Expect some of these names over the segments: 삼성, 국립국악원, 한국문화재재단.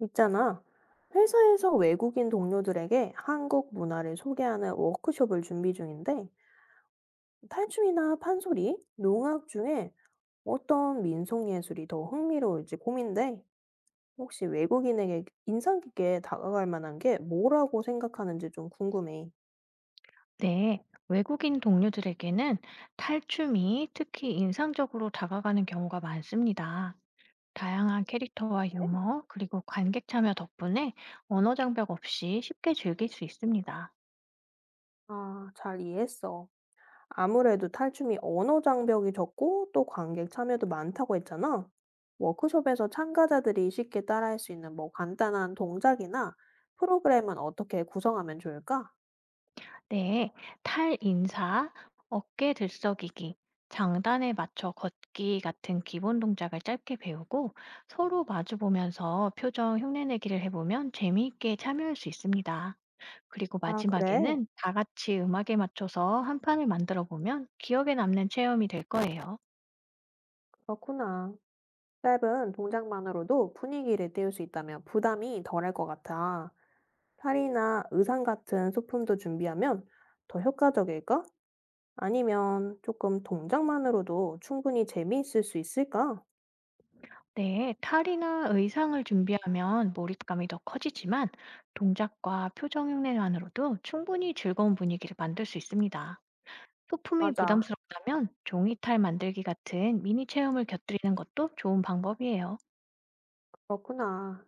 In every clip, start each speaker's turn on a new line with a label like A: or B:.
A: 있잖아. 회사에서 외국인 동료들에게 한국 문화를 소개하는 워크숍을 준비 중인데, 탈춤이나 판소리, 농악 중에 어떤 민속 예술이 더 흥미로울지 고민돼. 혹시 외국인에게 인상 깊게 다가갈 만한 게 뭐라고 생각하는지 좀 궁금해.
B: 네, 외국인 동료들에게는 탈춤이 특히 인상적으로 다가가는 경우가 많습니다. 다양한 캐릭터와 유머, 그리고 관객 참여 덕분에 언어 장벽 없이 쉽게 즐길 수 있습니다.
A: 아, 잘 이해했어. 아무래도 탈춤이 언어 장벽이 적고 또 관객 참여도 많다고 했잖아. 워크숍에서 참가자들이 쉽게 따라할 수 있는 뭐 간단한 동작이나 프로그램은 어떻게 구성하면 좋을까?
B: 네, 탈인사, 어깨 들썩이기, 장단에 맞춰 걷기 같은 기본 동작을 짧게 배우고 서로 마주보면서 표정 흉내내기를 해보면 재미있게 참여할 수 있습니다. 그리고
A: 아, 그래?
B: 마지막에는 다 같이 음악에 맞춰서 한 판을 만들어 보면 기억에 남는 체험이 될 거예요.
A: 그렇구나. 짧은 동작만으로도 분위기를 띄울 수 있다면 부담이 덜할 것 같아. 팔이나 의상 같은 소품도 준비하면 더 효과적일까? 아니면 조금 동작만으로도 충분히 재미있을 수 있을까?
B: 네, 탈이나 의상을 준비하면 몰입감이 더 커지지만 동작과 표정 흉내만으로도 충분히 즐거운 분위기를 만들 수 있습니다. 소품이
A: 맞아.
B: 부담스럽다면 종이 탈 만들기 같은 미니 체험을 곁들이는 것도 좋은 방법이에요.
A: 그렇구나.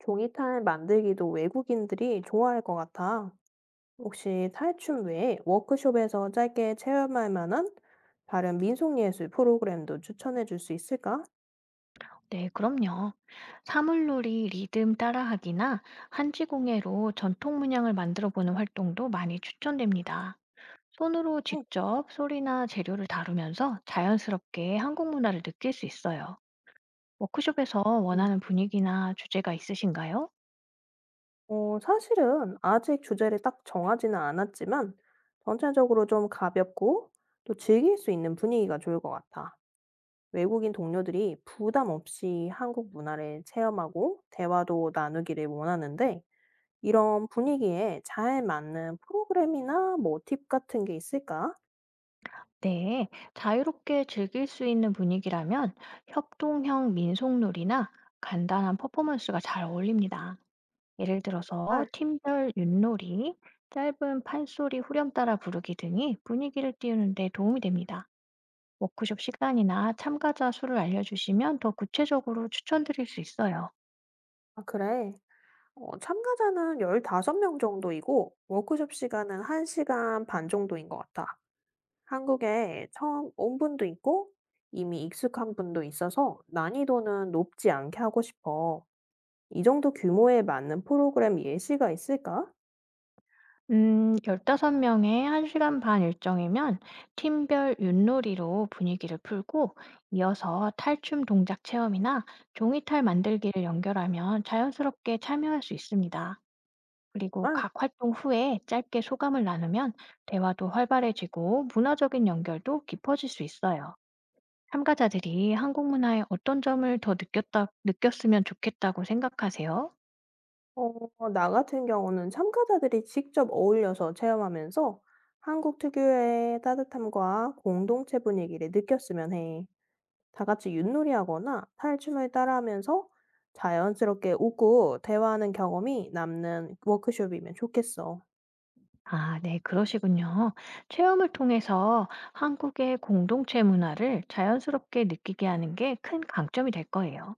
A: 종이탈 만들기도 외국인들이 좋아할 것 같아. 혹시 탈춤 외에 워크숍에서 짧게 체험할 만한 다른 민속예술 프로그램도 추천해 줄 수 있을까?
B: 네, 그럼요. 사물놀이 리듬 따라하기나 한지공예로 전통 문양을 만들어 보는 활동도 많이 추천됩니다. 손으로
A: 네.
B: 직접 소리나 재료를 다루면서 자연스럽게 한국 문화를 느낄 수 있어요. 워크숍에서
A: 음,
B: 원하는 분위기나 주제가 있으신가요?
A: 사실은 아직 주제를 딱 정하지는 않았지만, 전체적으로 좀 가볍고 또 즐길 수 있는 분위기가 좋을 것 같아. 외국인 동료들이 부담 없이 한국 문화를 체험하고 대화도 나누기를 원하는데, 이런 분위기에 잘 맞는 프로그램이나 뭐 팁 같은 게 있을까?
B: 네, 자유롭게 즐길 수 있는 분위기라면 협동형 민속놀이나 간단한 퍼포먼스가 잘 어울립니다. 예를 들어서
A: 아.
B: 팀별 윷놀이, 짧은 판소리 후렴 따라 부르기 등이 분위기를 띄우는 데 도움이 됩니다. 워크숍 시간이나 참가자 수를 알려주시면 더 구체적으로 추천드릴 수 있어요.
A: 아 그래. 참가자는 15명 정도이고 워크숍 시간은 1시간 시간 반 정도인 것 같아. 한국에 처음 온 분도 있고 이미 익숙한 분도 있어서 난이도는 높지 않게 하고 싶어. 이 정도 규모에 맞는 프로그램 예시가 있을까?
B: 15명의 1시간 반 일정이면 팀별 윷놀이로 분위기를 풀고 이어서 탈춤 동작 체험이나 종이탈 만들기를 연결하면 자연스럽게 참여할 수 있습니다. 그리고
A: 아.
B: 각 활동 후에 짧게 소감을 나누면 대화도 활발해지고 문화적인 연결도 깊어질 수 있어요. 참가자들이 한국 문화의 어떤 점을 더 느꼈다, 느꼈으면 좋겠다고 생각하세요?
A: 어 나 같은 경우는 참가자들이 직접 어울려서 체험하면서 한국 특유의 따뜻함과 공동체 분위기를 느꼈으면 해. 다 같이 윷놀이하거나 탈춤을 따라하면서 자연스럽게 웃고 대화하는 경험이 남는 워크숍이면 좋겠어.
B: 아, 네, 그러시군요. 체험을 통해서 한국의 공동체 문화를 자연스럽게 느끼게 하는 게 큰 강점이 될 거예요.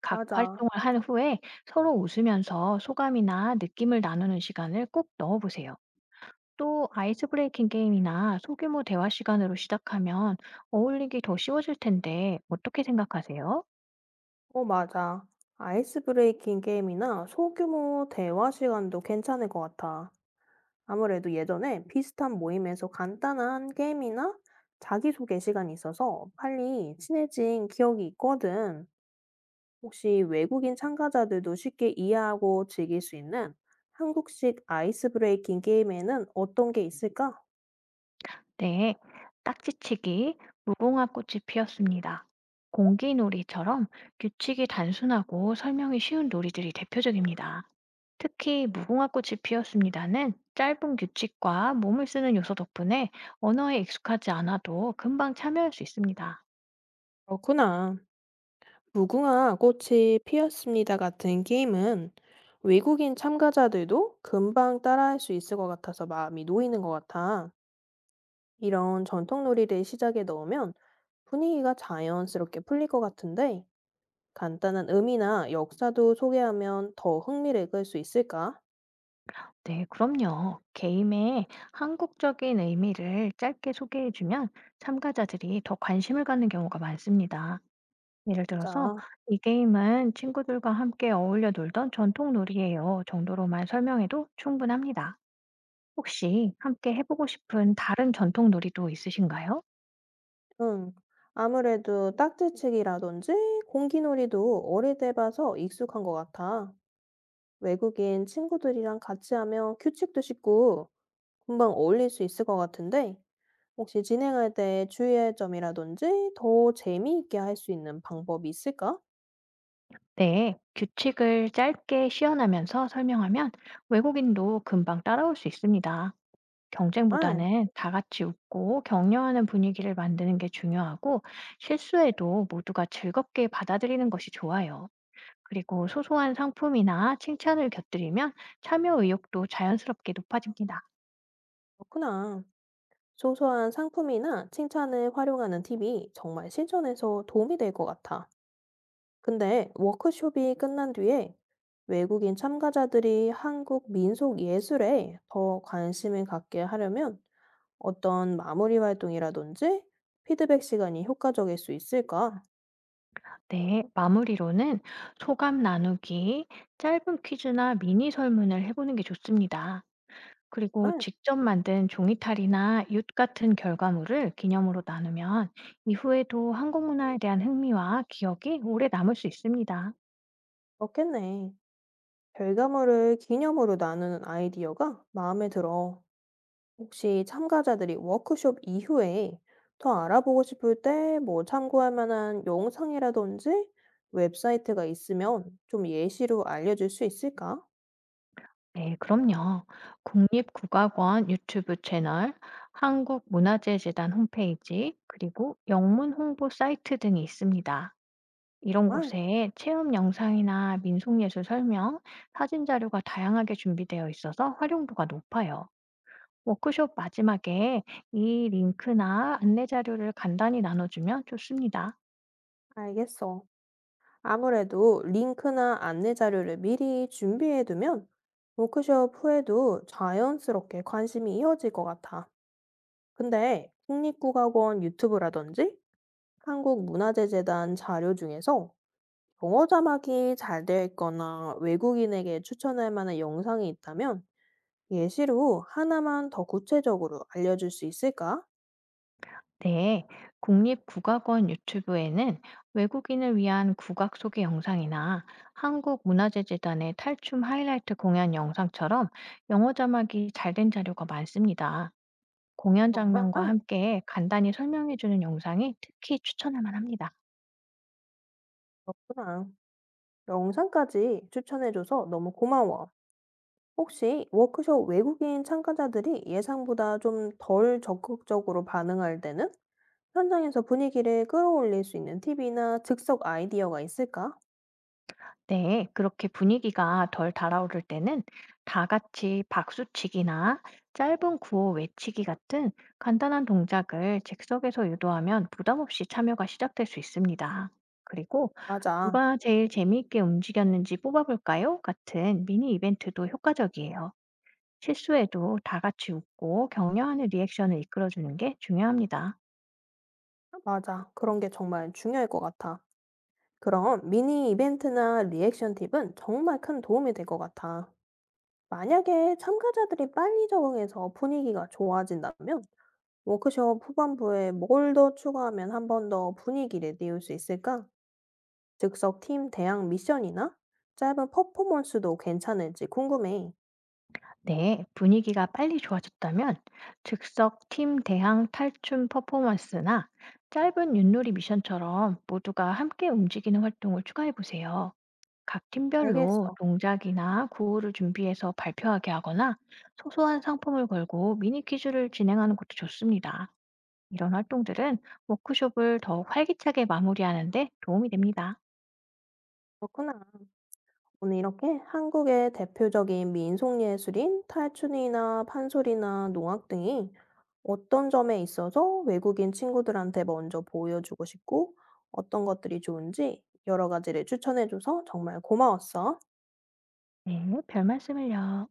B: 각
A: 맞아.
B: 활동을 한 후에 서로 웃으면서 소감이나 느낌을 나누는 시간을 꼭 넣어보세요. 또 아이스 브레이킹 게임이나 소규모 대화 시간으로 시작하면 어울리기 더 쉬워질 텐데 어떻게 생각하세요?
A: 어, 맞아. 아이스 브레이킹 게임이나 소규모 대화 시간도 괜찮을 것 같아. 아무래도 예전에 비슷한 모임에서 간단한 게임이나 자기소개 시간이 있어서 빨리 친해진 기억이 있거든. 혹시 외국인 참가자들도 쉽게 이해하고 즐길 수 있는 한국식 아이스 브레이킹 게임에는 어떤 게 있을까?
B: 네, 딱지치기, 무궁화 꽃이 피었습니다. 공기놀이처럼 규칙이 단순하고 설명이 쉬운 놀이들이 대표적입니다. 특히 무궁화 꽃이 피었습니다는 짧은 규칙과 몸을 쓰는 요소 덕분에 언어에 익숙하지 않아도 금방 참여할 수 있습니다.
A: 그렇구나. 무궁화 꽃이 피었습니다 같은 게임은 외국인 참가자들도 금방 따라할 수 있을 것 같아서 마음이 놓이는 것 같아. 이런 전통 놀이를 시작에 넣으면 분위기가 자연스럽게 풀릴 것 같은데, 간단한 의미나 역사도 소개하면 더 흥미를 끌 수 있을까?
B: 네, 그럼요. 게임의 한국적인 의미를 짧게 소개해주면 참가자들이 더 관심을 갖는 경우가 많습니다. 예를 들어서
A: 맞아.
B: "이 게임은 친구들과 함께 어울려 놀던 전통 놀이예요." 정도로만 설명해도 충분합니다. 혹시 함께 해 보고 싶은 다른 전통 놀이도 있으신가요?
A: 응. 아무래도 딱지치기라든지 공기놀이도 어릴 때 봐서 익숙한 것 같아. 외국인 친구들이랑 같이 하면 규칙도 쉽고 금방 어울릴 수 있을 것 같은데, 혹시 진행할 때 주의할 점이라든지 더 재미있게 할 수 있는 방법이 있을까?
B: 네. 규칙을 짧게 시연하면서 설명하면 외국인도 금방 따라올 수 있습니다.
A: 아,
B: 경쟁보다는 다 같이 웃고 격려하는 분위기를 만드는 게 중요하고 실수해도 모두가 즐겁게 받아들이는 것이 좋아요. 그리고 소소한 상품이나 칭찬을 곁들이면 참여 의욕도 자연스럽게 높아집니다.
A: 그렇구나. 소소한 상품이나 칭찬을 활용하는 팁이 정말 실전에서 도움이 될 것 같아. 근데 워크숍이 끝난 뒤에 외국인 참가자들이 한국 민속 예술에 더 관심을 갖게 하려면 어떤 마무리 활동이라든지 피드백 시간이 효과적일 수 있을까?
B: 네, 마무리로는 소감 나누기, 짧은 퀴즈나 미니 설문을 해보는 게 좋습니다. 그리고
A: 아,
B: 직접 만든 종이탈이나 윷 같은 결과물을 기념으로 나누면 이후에도 한국 문화에 대한 흥미와 기억이 오래 남을 수 있습니다.
A: 그렇겠네. 결과물을 기념으로 나누는 아이디어가 마음에 들어. 혹시 참가자들이 워크숍 이후에 더 알아보고 싶을 때 뭐 참고할 만한 영상이라든지 웹사이트가 있으면 좀 예시로 알려줄 수 있을까?
B: 네, 그럼요. 국립국악원 유튜브 채널, 한국문화재재단 홈페이지, 그리고 영문 홍보 사이트 등이 있습니다. 이런
A: 아,
B: 곳에 체험 영상이나 민속예술 설명, 사진 자료가 다양하게 준비되어 있어서 활용도가 높아요. 워크숍 마지막에 이 링크나 안내 자료를 간단히 나눠주면 좋습니다.
A: 알겠어. 아무래도 링크나 안내 자료를 미리 준비해 두면 워크숍 후에도 자연스럽게 관심이 이어질 것 같아. 근데 국립국악원 유튜브라든지 한국문화재재단 자료 중에서 영어 자막이 잘 되어 있거나 외국인에게 추천할 만한 영상이 있다면 예시로 하나만 더 구체적으로 알려줄 수 있을까?
B: 네, 국립국악원 유튜브에는 외국인을 위한 국악 소개 영상이나 한국문화재재단의 탈춤 하이라이트 공연 영상처럼 영어 자막이 잘 된 자료가 많습니다. 공연 장면과
A: 정말?
B: 함께 간단히 설명해주는 영상이 특히 추천할 만합니다.
A: 구나 영상까지 추천해줘서 너무 고마워. 혹시 워크숍 외국인 참가자들이 예상보다 좀 덜 적극적으로 반응할 때는 현장에서 분위기를 끌어올릴 수 있는 팁이나 즉석 아이디어가 있을까?
B: 네, 그렇게 분위기가 덜 달아오를 때는 다 같이 박수치기나 짧은 구호 외치기 같은 간단한 동작을 즉석에서 유도하면 부담 없이 참여가 시작될 수 있습니다. 그리고
A: 맞아.
B: 누가 제일 재미있게 움직였는지 뽑아볼까요? 같은 미니 이벤트도 효과적이에요. 실수에도 다 같이 웃고 격려하는 리액션을 이끌어주는 게 중요합니다.
A: 맞아. 그런 게 정말 중요할 것 같아. 그럼 미니 이벤트나 리액션 팁은 정말 큰 도움이 될 것 같아. 만약에 참가자들이 빨리 적응해서 분위기가 좋아진다면 워크숍 후반부에 뭘 더 추가하면 한 번 더 분위기를 띄울 수 있을까? 즉석 팀 대항 미션이나 짧은 퍼포먼스도 괜찮을지 궁금해.
B: 네, 분위기가 빨리 좋아졌다면 즉석 팀 대항 탈춤 퍼포먼스나 짧은 윷놀이 미션처럼 모두가 함께 움직이는 활동을 추가해 보세요. 각 팀별로
A: 알겠어.
B: 동작이나 구호를 준비해서 발표하게 하거나 소소한 상품을 걸고 미니 퀴즈를 진행하는 것도 좋습니다. 이런 활동들은 워크숍을 더욱 활기차게 마무리하는 데 도움이 됩니다.
A: 그렇구나. 오늘 이렇게 한국의 대표적인 민속 예술인 탈춘이나 판소리나 농악 등이 어떤 점에 있어서 외국인 친구들한테 먼저 보여주고 싶고 어떤 것들이 좋은지 여러 가지를 추천해줘서 정말 고마웠어.
B: 네, 별 말씀을요.